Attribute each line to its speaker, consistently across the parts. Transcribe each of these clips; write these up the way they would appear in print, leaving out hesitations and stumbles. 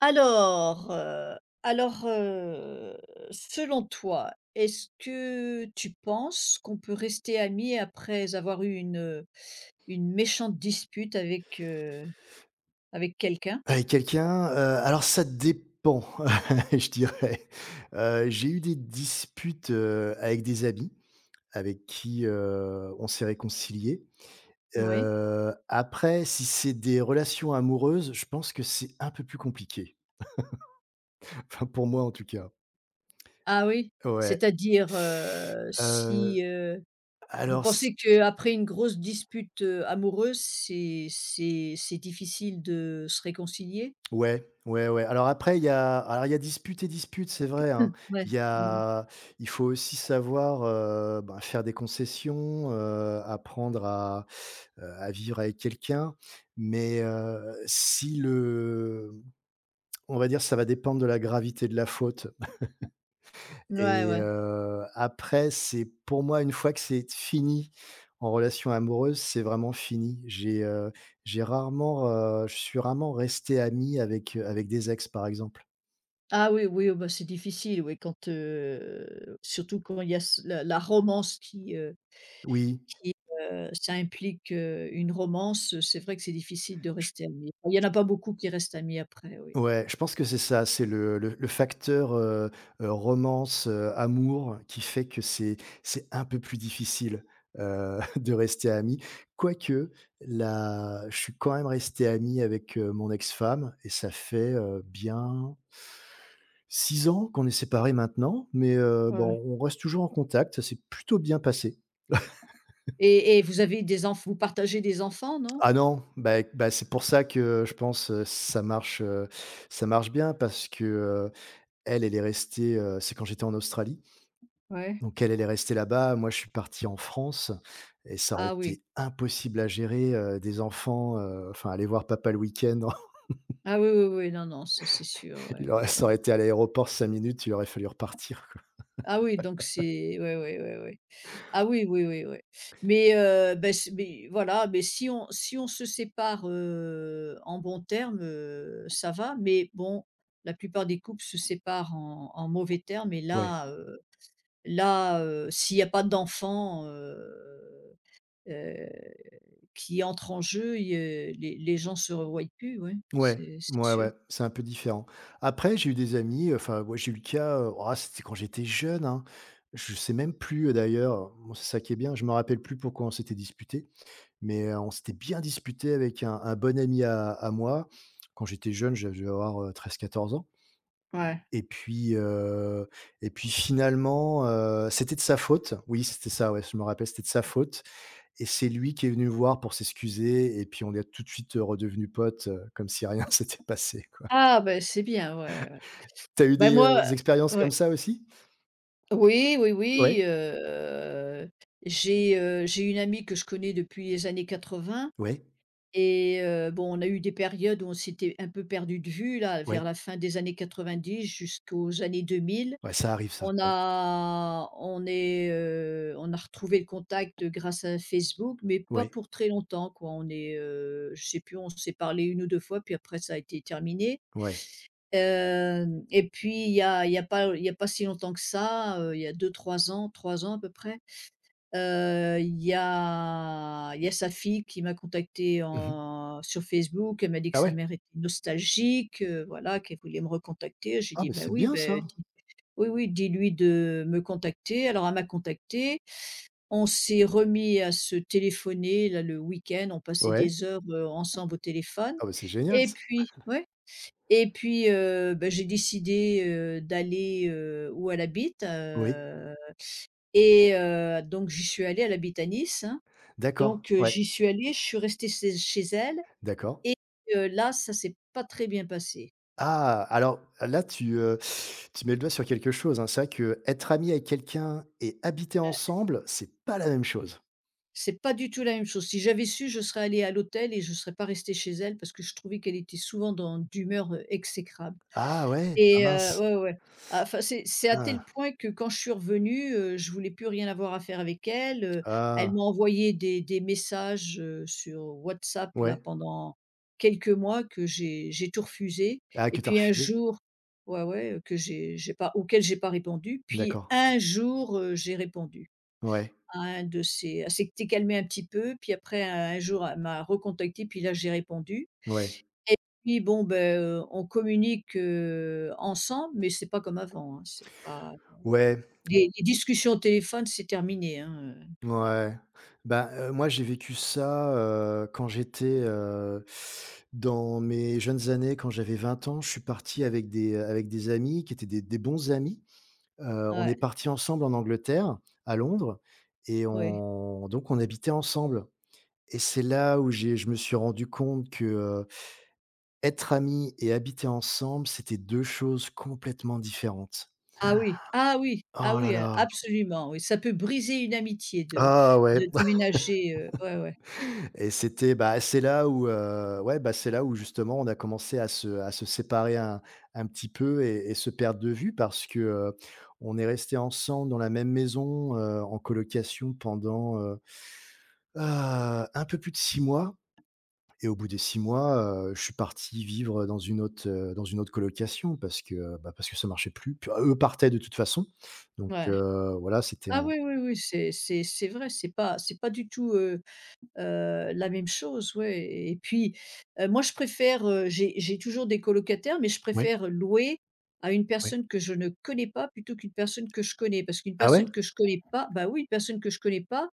Speaker 1: Alors, heu alors, heu, Selon toi, est-ce que tu penses qu'on peut rester amis après avoir eu une méchante dispute avec, avec quelqu'un?
Speaker 2: Avec quelqu'un, alors ça dépend, je dirais. J'ai eu des disputes, avec des amis, avec qui, on s'est réconciliés.
Speaker 1: Oui.
Speaker 2: Après, si c'est des relations amoureuses, je pense que c'est un peu plus compliqué. Enfin, pour moi en tout cas.
Speaker 1: Ah oui?
Speaker 2: Ouais,
Speaker 1: C'est-à-dire,
Speaker 2: heu,
Speaker 1: si, vous
Speaker 2: alors c
Speaker 1: pensez qu'après une grosse dispute, amoureuse, c'est difficile de se réconcilier?
Speaker 2: ouais, ouais, ouais. Alors après, il y a alors il y a dispute et dispute, c'est vrai, hein.
Speaker 1: Ouais.
Speaker 2: Il y
Speaker 1: Mmh.
Speaker 2: a Il faut aussi savoir, ben, faire des concessions, apprendre à vivre avec quelqu'un, mais si le on va dire, ça va dépendre de la gravité de la faute,
Speaker 1: Ouais,
Speaker 2: et
Speaker 1: ouais.
Speaker 2: après, c'est pour moi, une fois que c'est fini en relation amoureuse, c'est vraiment fini. J'ai rarement, je suis rarement resté ami avec, des ex, par exemple.
Speaker 1: Ah oui, oui, oh bah, c'est difficile, oui, quand, surtout quand il y a ce la romance qui,
Speaker 2: Oui.
Speaker 1: qui, ça implique, une romance, c'est vrai que c'est difficile de rester ami. Il y en a pas beaucoup qui restent amis après, oui.
Speaker 2: Ouais, je pense que c'est ça, c'est le facteur, romance, amour qui fait que c'est un peu plus difficile, de rester amis. Quoique, là, je suis quand même resté ami avec, mon ex-femme, et ça fait, bien 6 ans qu'on est séparés maintenant, mais
Speaker 1: Ouais.
Speaker 2: bon, on reste toujours en contact, ça s'est plutôt bien passé.
Speaker 1: Et vous avez des enfants, vous partagez des enfants, non?
Speaker 2: Ah non, bah, c'est pour ça que, je pense, ça marche bien parce que, elle, elle est restée, c'est quand j'étais en Australie,
Speaker 1: Ouais.
Speaker 2: donc elle, elle est restée là-bas. Moi, je suis parti en France et ça aurait
Speaker 1: Ah oui.
Speaker 2: été impossible à gérer, des enfants, enfin, aller voir papa le week-end,
Speaker 1: Ah oui, oui, oui, non, non, ça c'est sûr, ouais,
Speaker 2: il aurait ça
Speaker 1: ouais.
Speaker 2: aurait été à l'aéroport 5 minutes, il aurait fallu repartir, quoi.
Speaker 1: Ah oui, donc c'est, ouais, ouais, ouais, ouais. Ah oui, oui, oui, oui. Mais beh, s mais voilà, mais si on se sépare, en bons termes, ça va, mais bon, la plupart des couples se séparent en mauvais termes, et
Speaker 2: Ouais,
Speaker 1: là, s'il y a pas d'enfant, heu, qui entre en jeu, les gens se revoient plus, ouais,
Speaker 2: ouais,
Speaker 1: c'est
Speaker 2: ouais,
Speaker 1: sûr.
Speaker 2: ouais, c'est un peu différent. Après, j'ai eu des amis, enfin, moi, j'ai eu le cas, oh, c'était quand j'étais jeune, hein. Je sais même plus, d'ailleurs, bon, c'est ça qui est bien, je me rappelle plus pourquoi on s'était disputés. Mais, on s'était bien disputé avec un bon ami à moi. Quand j'étais jeune, je devais avoir, 13-14 ans,
Speaker 1: Ouais.
Speaker 2: et puis, heu et puis finalement, c'était de sa faute. Oui, c'était ça, ouais, je me rappelle, c'était de sa faute, et c'est lui qui est venu me voir pour s'excuser, et puis on est tout de suite, redevenus potes, comme si rien s'était passé, quoi.
Speaker 1: Ah, ben c'est bien, ouais, ouais, ouais.
Speaker 2: T'as eu
Speaker 1: Bah,
Speaker 2: des,
Speaker 1: moi,
Speaker 2: expériences comme
Speaker 1: ouais.
Speaker 2: ça aussi?
Speaker 1: Oui, oui,
Speaker 2: Ouais,
Speaker 1: oui, j'ai une amie que je connais depuis les années 80,
Speaker 2: ouais,
Speaker 1: et bon, on a eu des périodes où on s'était un peu perdu de vue là, vers
Speaker 2: ouais,
Speaker 1: la fin des années 90 jusqu'aux années 2000.
Speaker 2: ouais, ça arrive ça,
Speaker 1: On
Speaker 2: ouais,
Speaker 1: a on est, heu, on a retrouvé le contact grâce à Facebook, mais pas
Speaker 2: ouais,
Speaker 1: pour très longtemps quoi. Je sais plus, on s'est parlé une ou 2 fois puis après ça a été terminé.
Speaker 2: ouais.
Speaker 1: Hem Et puis il y a pas il y a pas si longtemps que ça, il y a deux trois ans, 3 ans à peu près, il y a sa fille qui m'a contactée
Speaker 2: Mmh.
Speaker 1: en sur Facebook. Elle m'a dit que
Speaker 2: Ah
Speaker 1: sa
Speaker 2: ouais?
Speaker 1: mère était nostalgique, voilà, qu'elle voulait me recontacter. J'ai
Speaker 2: Ah,
Speaker 1: dit:
Speaker 2: mais
Speaker 1: «Ben
Speaker 2: c'est
Speaker 1: oui,
Speaker 2: bien
Speaker 1: ben
Speaker 2: ça!
Speaker 1: dis oui, oui, dis-lui de me contacter». Alors elle m'a contactée. On s'est remis à se téléphoner là le week-end. On passait
Speaker 2: Ouais.
Speaker 1: des heures, ensemble au téléphone,
Speaker 2: Ah, bah, c'est génial
Speaker 1: et
Speaker 2: ça.
Speaker 1: puis ouais? Et puis, bah, j'ai décidé, d'aller, où elle habite,
Speaker 2: Oui.
Speaker 1: et donc j'y suis allée, elle habite à Nice, hein.
Speaker 2: D'accord,
Speaker 1: Donc
Speaker 2: ouais,
Speaker 1: j'y suis allée, je suis restée chez elle,
Speaker 2: d'accord.
Speaker 1: et là, ça s'est pas très bien passé.
Speaker 2: Ah! Alors là, tu mets le doigt sur quelque chose, hein. C'est vrai que être ami avec quelqu'un et habiter
Speaker 1: Heu,
Speaker 2: ensemble, c'est pas la même chose.
Speaker 1: c'est pas du tout la même chose. Si j'avais su, je serais allée à l'hôtel et je serais pas restée chez elle parce que je trouvais qu'elle était souvent dans d'humeur, exécrable.
Speaker 2: Ah ouais? Ah
Speaker 1: Et
Speaker 2: mince!
Speaker 1: ouais, ouais. Ah, enfin, c'est à tel
Speaker 2: Ah!
Speaker 1: point que quand je suis revenue, je voulais plus rien avoir à faire avec elle, elle
Speaker 2: Ah!
Speaker 1: m'a envoyé des messages, sur WhatsApp là
Speaker 2: Ouais.
Speaker 1: pendant quelques mois, que j'ai tout refusé,
Speaker 2: Ah,
Speaker 1: et
Speaker 2: que t'as
Speaker 1: puis un
Speaker 2: refusé?
Speaker 1: jour, ouais, ouais, que j'ai pas auquel j'ai pas répondu, puis
Speaker 2: D'accord.
Speaker 1: un jour, j'ai répondu
Speaker 2: Ouais,
Speaker 1: à un de ces... Elle s'était calmée un petit peu, puis après un jour elle m'a recontacté. Puis là j'ai répondu,
Speaker 2: ouais.
Speaker 1: et puis bon, on communique, ensemble, mais c'est pas comme avant, hein, c'est pas
Speaker 2: Ouais,
Speaker 1: les discussions au téléphone, c'est terminé, hein,
Speaker 2: ouais. Bah, moi, j'ai vécu ça, quand j'étais, dans mes jeunes années, quand j'avais 20 ans, je suis parti avec des amis qui étaient des bons amis. On est
Speaker 1: ouais,
Speaker 2: parti ensemble en Angleterre, à Londres, et
Speaker 1: oui.
Speaker 2: on donc on habitait ensemble, et c'est là où j'ai je me suis rendu compte que, être ami et habiter ensemble, c'était 2 choses complètement différentes.
Speaker 1: Ah oui, ah oui, ah
Speaker 2: Oh là
Speaker 1: oui,
Speaker 2: là!
Speaker 1: absolument, oui, ça peut briser une amitié de
Speaker 2: Ah ouais.
Speaker 1: déménager, ouais, ouais,
Speaker 2: Et c'est là où, justement on a commencé à se séparer un petit peu, et se perdre de vue parce que, on est resté ensemble dans la même maison, en colocation pendant, Heu, un peu plus de 6 mois, et au bout des 6 mois, je suis parti vivre dans une autre, colocation parce que, parce que ça marchait plus. Puis, eux partaient de toute façon. Donc,
Speaker 1: ouais.
Speaker 2: voilà, c'était
Speaker 1: Ah
Speaker 2: un
Speaker 1: oui, oui, oui, c'est vrai, c'est pas du tout, la même chose, ouais, et puis, moi je préfère, j'ai toujours des colocataires, mais je
Speaker 2: ouais,
Speaker 1: préfère louer à une
Speaker 2: ouais.
Speaker 1: personne que je ne connais pas plutôt qu'une personne que je connais. Parce qu'une
Speaker 2: Ah ouais?
Speaker 1: personne que je connais pas, bah, oui, une personne que je connais pas,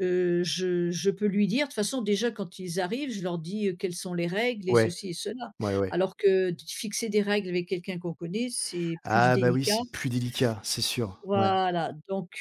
Speaker 1: je peux lui dire, de toute façon déjà quand ils arrivent, je leur dis, quelles sont les règles et
Speaker 2: Ouais,
Speaker 1: ceci et cela.
Speaker 2: ouais, ouais.
Speaker 1: Alors que d fixer des règles avec quelqu'un qu'on connaît, c'est plus
Speaker 2: Ah bah, oui,
Speaker 1: délicat.
Speaker 2: c'est plus délicat, c'est sûr. Ouais.
Speaker 1: Voilà, donc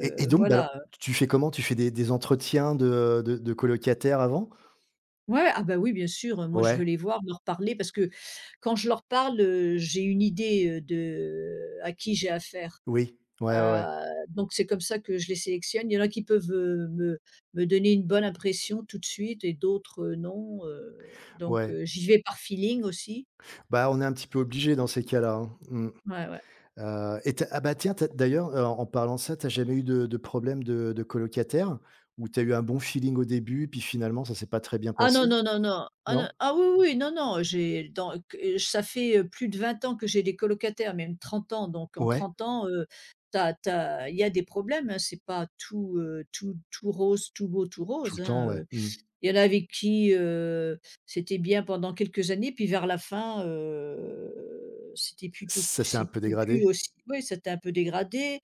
Speaker 2: Et donc, bah, alors,
Speaker 1: voilà.
Speaker 2: tu fais comment? Tu fais des entretiens de, de colocataires avant?
Speaker 1: Ouais, ah bah, oui, bien sûr, moi je veux
Speaker 2: Ouais,
Speaker 1: les voir, leur parler, parce que quand je leur parle, j'ai une idée, de à qui j'ai affaire.
Speaker 2: oui. Ouais, ouais, ouais.
Speaker 1: Donc c'est comme ça que je les sélectionne. Il y en a qui peuvent, me donner une bonne impression tout de suite, et d'autres, non,
Speaker 2: Ouais.
Speaker 1: j'y vais par feeling aussi.
Speaker 2: Bah, on est un petit peu obligé dans ces cas-là, hein. Mmh.
Speaker 1: Ouais, ouais.
Speaker 2: Et tu bah tiens, tu d'ailleurs, en parlant de ça, t'as jamais eu de problème de colocataire? Où t'as eu un bon feeling au début, puis finalement ça s'est pas très bien
Speaker 1: Ah non,
Speaker 2: passé?
Speaker 1: non, non, non. Ah non,
Speaker 2: Non?
Speaker 1: ah oui, oui, non, non, j'ai dans q ça fait, plus de 20 ans que j'ai des colocataires, même 30 ans, donc en
Speaker 2: Ouais,
Speaker 1: 30 ans, t'as as il y a des problèmes, hein, c'est pas tout, tout tout rose, tout beau, tout
Speaker 2: tout le
Speaker 1: rose,
Speaker 2: temps,
Speaker 1: hein,
Speaker 2: ouais. Mmh.
Speaker 1: Il y en a avec qui, c'était bien pendant quelques années, puis vers la fin,
Speaker 2: Ça s'est un peu
Speaker 1: c'était
Speaker 2: dégradé?
Speaker 1: plus aussi, oui, ça s'était un peu dégradé.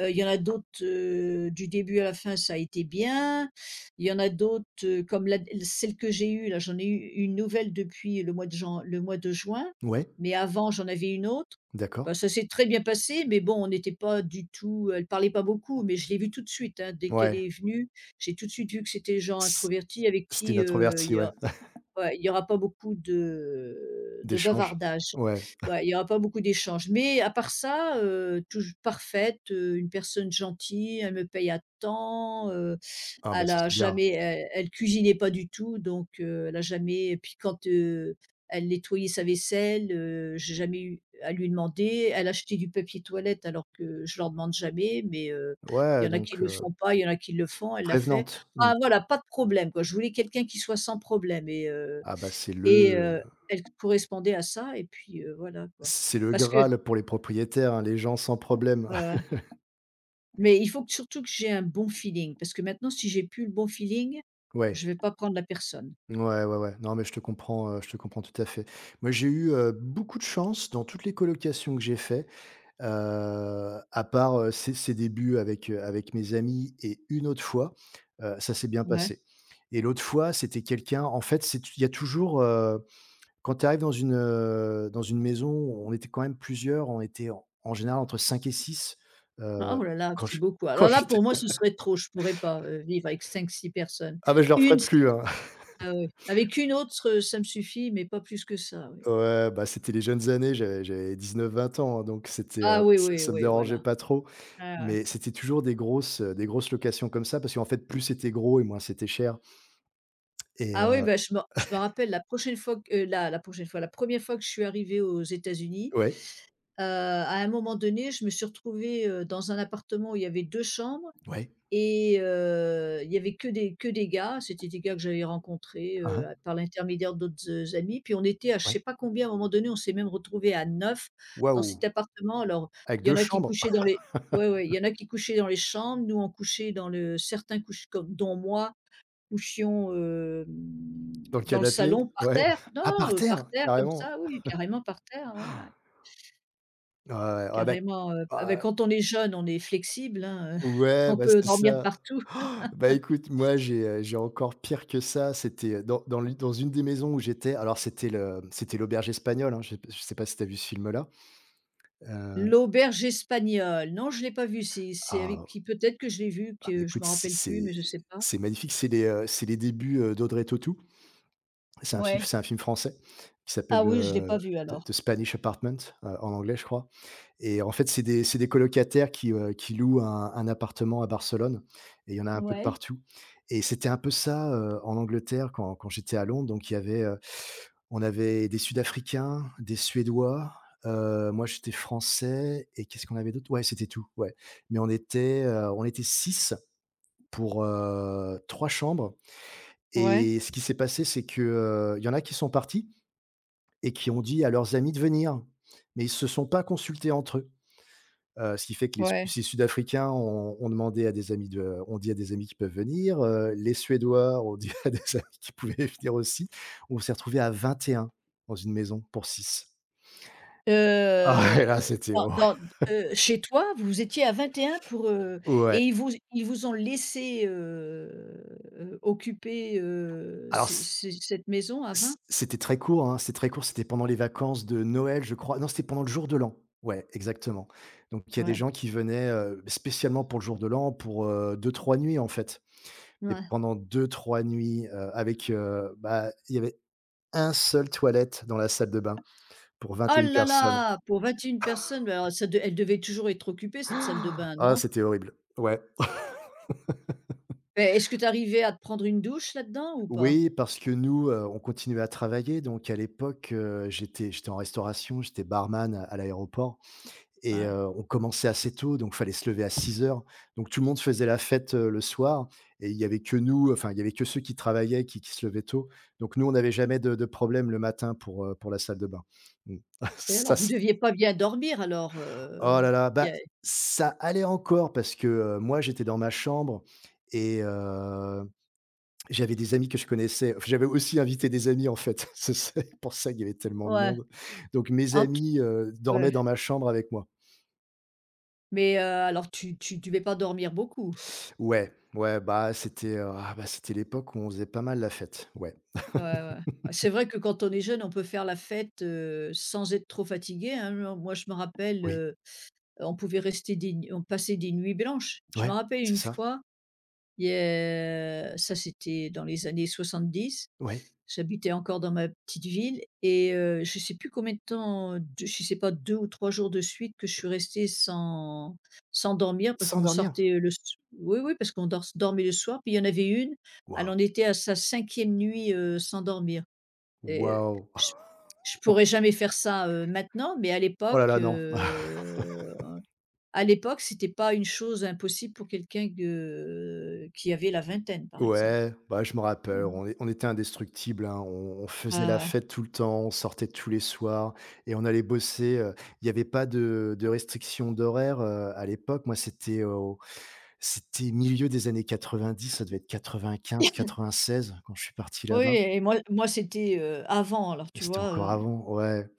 Speaker 1: Il y en a d'autres, du début à la fin, ça a été bien. Il y en a d'autres, comme la celle que j'ai eue là, j'en ai eu une nouvelle depuis le mois de juin,
Speaker 2: Ouais,
Speaker 1: mais avant j'en avais une autre.
Speaker 2: d'accord.
Speaker 1: Bah, ça s'est très bien passé, mais bon, on n'était pas du tout, elle parlait pas beaucoup, mais je l'ai vue tout de suite, hein. Dès qu'elle
Speaker 2: Ouais.
Speaker 1: est venue, j'ai tout de suite vu que c'était des gens
Speaker 2: C
Speaker 1: introvertis avec
Speaker 2: C'était une
Speaker 1: qui, il
Speaker 2: introvertie,
Speaker 1: y
Speaker 2: ouais,
Speaker 1: a... Ouais, il y aura pas beaucoup de
Speaker 2: d'échange?
Speaker 1: bavardage.
Speaker 2: Ouais.
Speaker 1: Ouais, il y aura pas beaucoup d'échanges. Mais à part ça, touj parfaite, une personne gentille, elle me paye à temps,
Speaker 2: Ah bah
Speaker 1: elle
Speaker 2: ça
Speaker 1: a
Speaker 2: c'est bien.
Speaker 1: jamais, elle cuisinait pas du tout, donc elle a jamais, et puis quand, elle nettoyait sa vaisselle, j'ai jamais eu à lui demander. Elle achetait du papier toilette alors que je leur demande jamais, mais il
Speaker 2: Ouais,
Speaker 1: y en a qui
Speaker 2: donc
Speaker 1: le font pas, il y en a qui le font, elle l'a fait.
Speaker 2: prévenante. Mmh.
Speaker 1: Ah voilà, pas de problème quoi, je voulais quelqu'un qui soit sans problème,
Speaker 2: Ah bah
Speaker 1: et elle correspondait à ça, et puis, voilà quoi.
Speaker 2: c'est le
Speaker 1: Parce que
Speaker 2: graal pour les propriétaires, hein, les gens sans problème.
Speaker 1: heu, mais il faut que surtout que j'ai un bon feeling, parce que maintenant, si j'ai plus le bon feeling,
Speaker 2: Ouais.
Speaker 1: je vais pas prendre la personne.
Speaker 2: Ouais, ouais, ouais. Non, mais je te comprends tout à fait. Moi, j'ai eu, beaucoup de chance dans toutes les colocations que j'ai fait, heu, à part, ces débuts avec, mes amis et une autre fois, ça s'est bien
Speaker 1: Ouais.
Speaker 2: passé, et l'autre fois, c'était quelqu'un, en fait, c'est il y a toujours, quand tu arrives dans une, maison, on était quand même plusieurs, on était en général entre 5 et six.
Speaker 1: Ah, oh
Speaker 2: Heu,
Speaker 1: là là,
Speaker 2: quand
Speaker 1: c'est
Speaker 2: je
Speaker 1: beaucoup.
Speaker 2: quand
Speaker 1: Alors là,
Speaker 2: j'étais
Speaker 1: pour moi, ce serait trop, je pourrais pas, vivre avec cinq six personnes.
Speaker 2: ah, ben je ne le
Speaker 1: Une
Speaker 2: referai
Speaker 1: s
Speaker 2: plus, hein.
Speaker 1: Ah oui, avec une autre, ça me suffit, mais pas plus que ça, oui.
Speaker 2: Ouais, bah, c'était les jeunes années, j'avais j'avais neuf vingt ans, hein, donc c'était,
Speaker 1: Ah oui,
Speaker 2: ça
Speaker 1: oui,
Speaker 2: ça me
Speaker 1: oui,
Speaker 2: dérangeait
Speaker 1: voilà.
Speaker 2: pas trop.
Speaker 1: Ouais, ouais.
Speaker 2: Mais c'était toujours des grosses locations comme ça parce qu'en fait, plus c'était gros et moins c'était cher, et
Speaker 1: Ah oui,
Speaker 2: heu
Speaker 1: bah, je me rappelle la prochaine fois que, la la prochaine fois, la première fois que je suis arrivée aux États-Unis.
Speaker 2: ouais,
Speaker 1: À un moment donné, je me suis retrouvée, dans un appartement où il y avait 2 chambres,
Speaker 2: ouais.
Speaker 1: et il y avait que des gars. C'était des gars que j'avais rencontrés,
Speaker 2: Hein, hein,
Speaker 1: par l'intermédiaire d'autres, amis. Puis on était à je
Speaker 2: ouais.
Speaker 1: sais pas combien, à un moment donné, on s'est même retrouvés à 9 dans cet
Speaker 2: Waouh!
Speaker 1: appartement. Alors,
Speaker 2: Avec
Speaker 1: il y
Speaker 2: deux
Speaker 1: en a qui
Speaker 2: chambres
Speaker 1: couchaient dans les, ouais, ouais, il y en a qui couchaient dans les chambres, nous on couchait dans le, certains couch comme dont moi, couchions,
Speaker 2: dans le
Speaker 1: dans le
Speaker 2: canapé?
Speaker 1: salon par
Speaker 2: Ouais.
Speaker 1: terre. Non,
Speaker 2: Ah, par
Speaker 1: par
Speaker 2: terre?
Speaker 1: terre comme
Speaker 2: Carrément?
Speaker 1: ça, oui, carrément par terre, ouais, ouais.
Speaker 2: Ouais, ouais. Ah bah
Speaker 1: Carrément,
Speaker 2: ah
Speaker 1: quand on est jeune, on est flexible, hein,
Speaker 2: ouais,
Speaker 1: on
Speaker 2: bah,
Speaker 1: peut
Speaker 2: c'est
Speaker 1: dormir
Speaker 2: ça.
Speaker 1: partout.
Speaker 2: Ah, bah, écoute, moi, j'ai encore pire que ça. C'était, dans une des maisons où j'étais, alors c'était l'Auberge espagnole, hein, je sais pas si tu as vu ce film-là? Heu,
Speaker 1: L'auberge espagnole, non, je l'ai pas vue, c'est avec
Speaker 2: ah
Speaker 1: qui? Peut-être que je l'ai vue,
Speaker 2: bah,
Speaker 1: que je
Speaker 2: écoute,
Speaker 1: me rappelle plus, mais je sais pas.
Speaker 2: c'est magnifique, c'est les débuts, d'Audrey Tautou.
Speaker 1: Ouais.
Speaker 2: C'est un film français qui
Speaker 1: Ah
Speaker 2: s'appelle,
Speaker 1: oui, je l'ai pas vue
Speaker 2: The
Speaker 1: alors.
Speaker 2: The Spanish Apartment, en anglais, je crois. Et en fait, c'est des colocataires qui, louent un appartement à Barcelone, et il y en a un peu de
Speaker 1: Ouais.
Speaker 2: partout, et c'était un peu ça, en Angleterre quand j'étais à Londres. Donc on avait des Sud-Africains, des Suédois, moi j'étais Français, et qu'est-ce qu'on avait d'autre? Ouais, c'était tout, ouais. Mais on était 6 pour, 3 chambres,
Speaker 1: Ouais.
Speaker 2: et ce qui s'est passé, c'est que, il y en a qui sont partis et qui ont dit à leurs amis de venir, mais ils se sont pas consultés entre eux. Ce qui fait que les
Speaker 1: Ouais, ouais.
Speaker 2: ces Sud-Africains ont demandé à des amis de ont dit à des amis qui peuvent venir, les Suédois ont dit à des amis qui pouvaient venir aussi. On s'est retrouvé à 21 dans une maison pour 6. Ah ouais, là, c'était
Speaker 1: Dans
Speaker 2: horri
Speaker 1: dans Chez toi, vous étiez à 21 pour, et
Speaker 2: ouais.
Speaker 1: ils vous ont laissé, occuper,
Speaker 2: Alors
Speaker 1: c c cette maison à 20.
Speaker 2: c'était très court, hein, c'était très court, c'était pendant les vacances de Noël, je crois. Non, c'était pendant le jour de l'an. Ouais, exactement. Donc il y a des
Speaker 1: Ouais,
Speaker 2: gens qui venaient, spécialement pour le jour de l'an pour, 2-3 nuits, en fait. Et
Speaker 1: ouais.
Speaker 2: pendant 2-3 nuits, avec, bah, il y avait un seul toilette dans la salle de bain pour vingt
Speaker 1: Oh
Speaker 2: et une
Speaker 1: là
Speaker 2: personnes.
Speaker 1: là! Pour 21 personnes, mais alors ça de elle devait toujours être occupée cette salle de bain,
Speaker 2: Ah,
Speaker 1: non?
Speaker 2: c'était horrible. Ouais.
Speaker 1: Mais est-ce que tu arrivais à te prendre une douche là-dedans ou pas?
Speaker 2: Oui, parce que nous, on continuait à travailler, donc à l'époque, j'étais en restauration, j'étais barman à l'aéroport, et
Speaker 1: Ouais.
Speaker 2: on commençait assez tôt, donc fallait se lever à 6 heures. Donc tout le monde faisait la fête, le soir, et il y avait que nous, enfin, il y avait que ceux qui travaillaient, qui se levaient tôt. Donc nous, on n'avait jamais de problème le matin pour la salle de bain. Mmh.
Speaker 1: Et alors
Speaker 2: Ça,
Speaker 1: vous deviez pas bien dormir alors,
Speaker 2: Oh là là,
Speaker 1: il
Speaker 2: bah,
Speaker 1: y a
Speaker 2: ça allait encore parce que, moi, j'étais dans ma chambre, et j'avais des amis que je connaissais. Enfin, j'avais aussi invité des amis, en fait. C'est pour ça qu'il y avait tellement de
Speaker 1: ouais.
Speaker 2: monde. Donc mes
Speaker 1: Alors tu
Speaker 2: amis,
Speaker 1: Ouais.
Speaker 2: dormaient dans ma chambre avec moi.
Speaker 1: Mais, alors tu devais pas dormir beaucoup?
Speaker 2: Ouais, ouais, bah, c'était l'époque où on faisait pas mal la fête. Ouais,
Speaker 1: Ouais, ouais. Ah, c'est vrai que quand on est jeune, on peut faire la fête, sans être trop fatigué, hein. Moi je me rappelle,
Speaker 2: oui,
Speaker 1: on pouvait rester des nu on passait des nuits blanches. Je me
Speaker 2: ouais,
Speaker 1: rappelle
Speaker 2: c'est
Speaker 1: une
Speaker 2: ça,
Speaker 1: fois, il y a ça c'était dans les années 70.
Speaker 2: ouais.
Speaker 1: J'habitais encore dans ma petite ville, et je sais plus combien de temps, de je sais pas, 2 ou 3 jours de suite que je suis restée sans... sans dormir parce qu'on
Speaker 2: S'endormir?
Speaker 1: sortait, le s oui, oui, parce qu'on dors dormait le soir. Puis il y en avait une, elle
Speaker 2: Waouh,
Speaker 1: en était à sa cinquième nuit, sans dormir, et
Speaker 2: waouh.
Speaker 1: je pourrais jamais faire ça, maintenant, mais à
Speaker 2: Oh là
Speaker 1: l'époque,
Speaker 2: là, non.
Speaker 1: c'était pas une chose impossible pour quelqu'un que qui avait la vingtaine, par exemple.
Speaker 2: Ouais, bah, je me rappelle,
Speaker 1: Mmh.
Speaker 2: on était indestructibles, hein. On faisait la
Speaker 1: Ah ouais.
Speaker 2: fête tout le temps, on sortait tous les soirs et on allait bosser. Il y avait pas de restrictions d'horaire, à l'époque. Moi, c'était au c'était milieu des années 90, ça devait être 95-96 quand je suis parti
Speaker 1: Oui,
Speaker 2: là-bas.
Speaker 1: et moi c'était, avant, alors tu
Speaker 2: C'était
Speaker 1: vois?
Speaker 2: encore avant, ouais.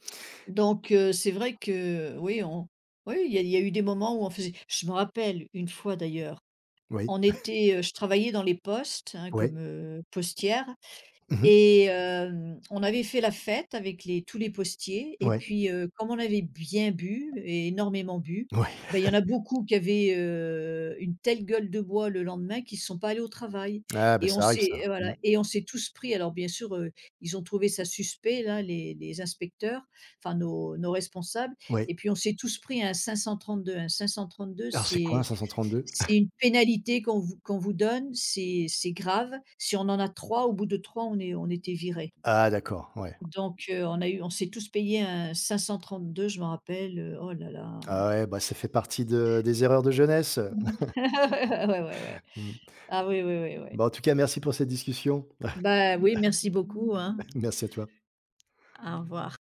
Speaker 1: C'est vrai que oui, on oui, il y a eu des moments où on faisait je me rappelle une fois d'ailleurs,
Speaker 2: Oui,
Speaker 1: je travaillais dans les postes, hein, comme,
Speaker 2: ouais.
Speaker 1: postière,
Speaker 2: Mmh mh.
Speaker 1: et on avait fait la fête avec les tous les postiers, et
Speaker 2: Ouais,
Speaker 1: puis, comme on avait bien bu et énormément bu, ben
Speaker 2: ouais.
Speaker 1: il y en a beaucoup qui avaient, une telle gueule de bois le lendemain qu'ils ne sont pas allés au travail,
Speaker 2: Ah, bah,
Speaker 1: et on
Speaker 2: ça arrive
Speaker 1: s'est
Speaker 2: ça.
Speaker 1: voilà,
Speaker 2: Mmh.
Speaker 1: et on s'est tous pris, alors bien sûr, ils ont trouvé ça suspect là, les inspecteurs, enfin nos responsables, et
Speaker 2: Ouais.
Speaker 1: puis on s'est tous pris un 532. Un 532,
Speaker 2: Alors c'est quoi un
Speaker 1: c'est
Speaker 2: 532?
Speaker 1: c'est une pénalité qu'on vous donne, c'est grave. Si on en a 3, au bout de 3, on était viré.
Speaker 2: Ah, d'accord, ouais.
Speaker 1: Donc on a eu on s'est tous payé un 532, je m'en rappelle, oh là là.
Speaker 2: Ah ouais, bah, ça fait partie de des erreurs de jeunesse.
Speaker 1: Ouais, ouais, ouais.
Speaker 2: Mmh.
Speaker 1: Ah oui, oui, oui, oui.
Speaker 2: Bah, en tout cas, merci pour cette discussion.
Speaker 1: Bah oui, merci beaucoup, hein.
Speaker 2: Merci à toi.
Speaker 1: Au revoir.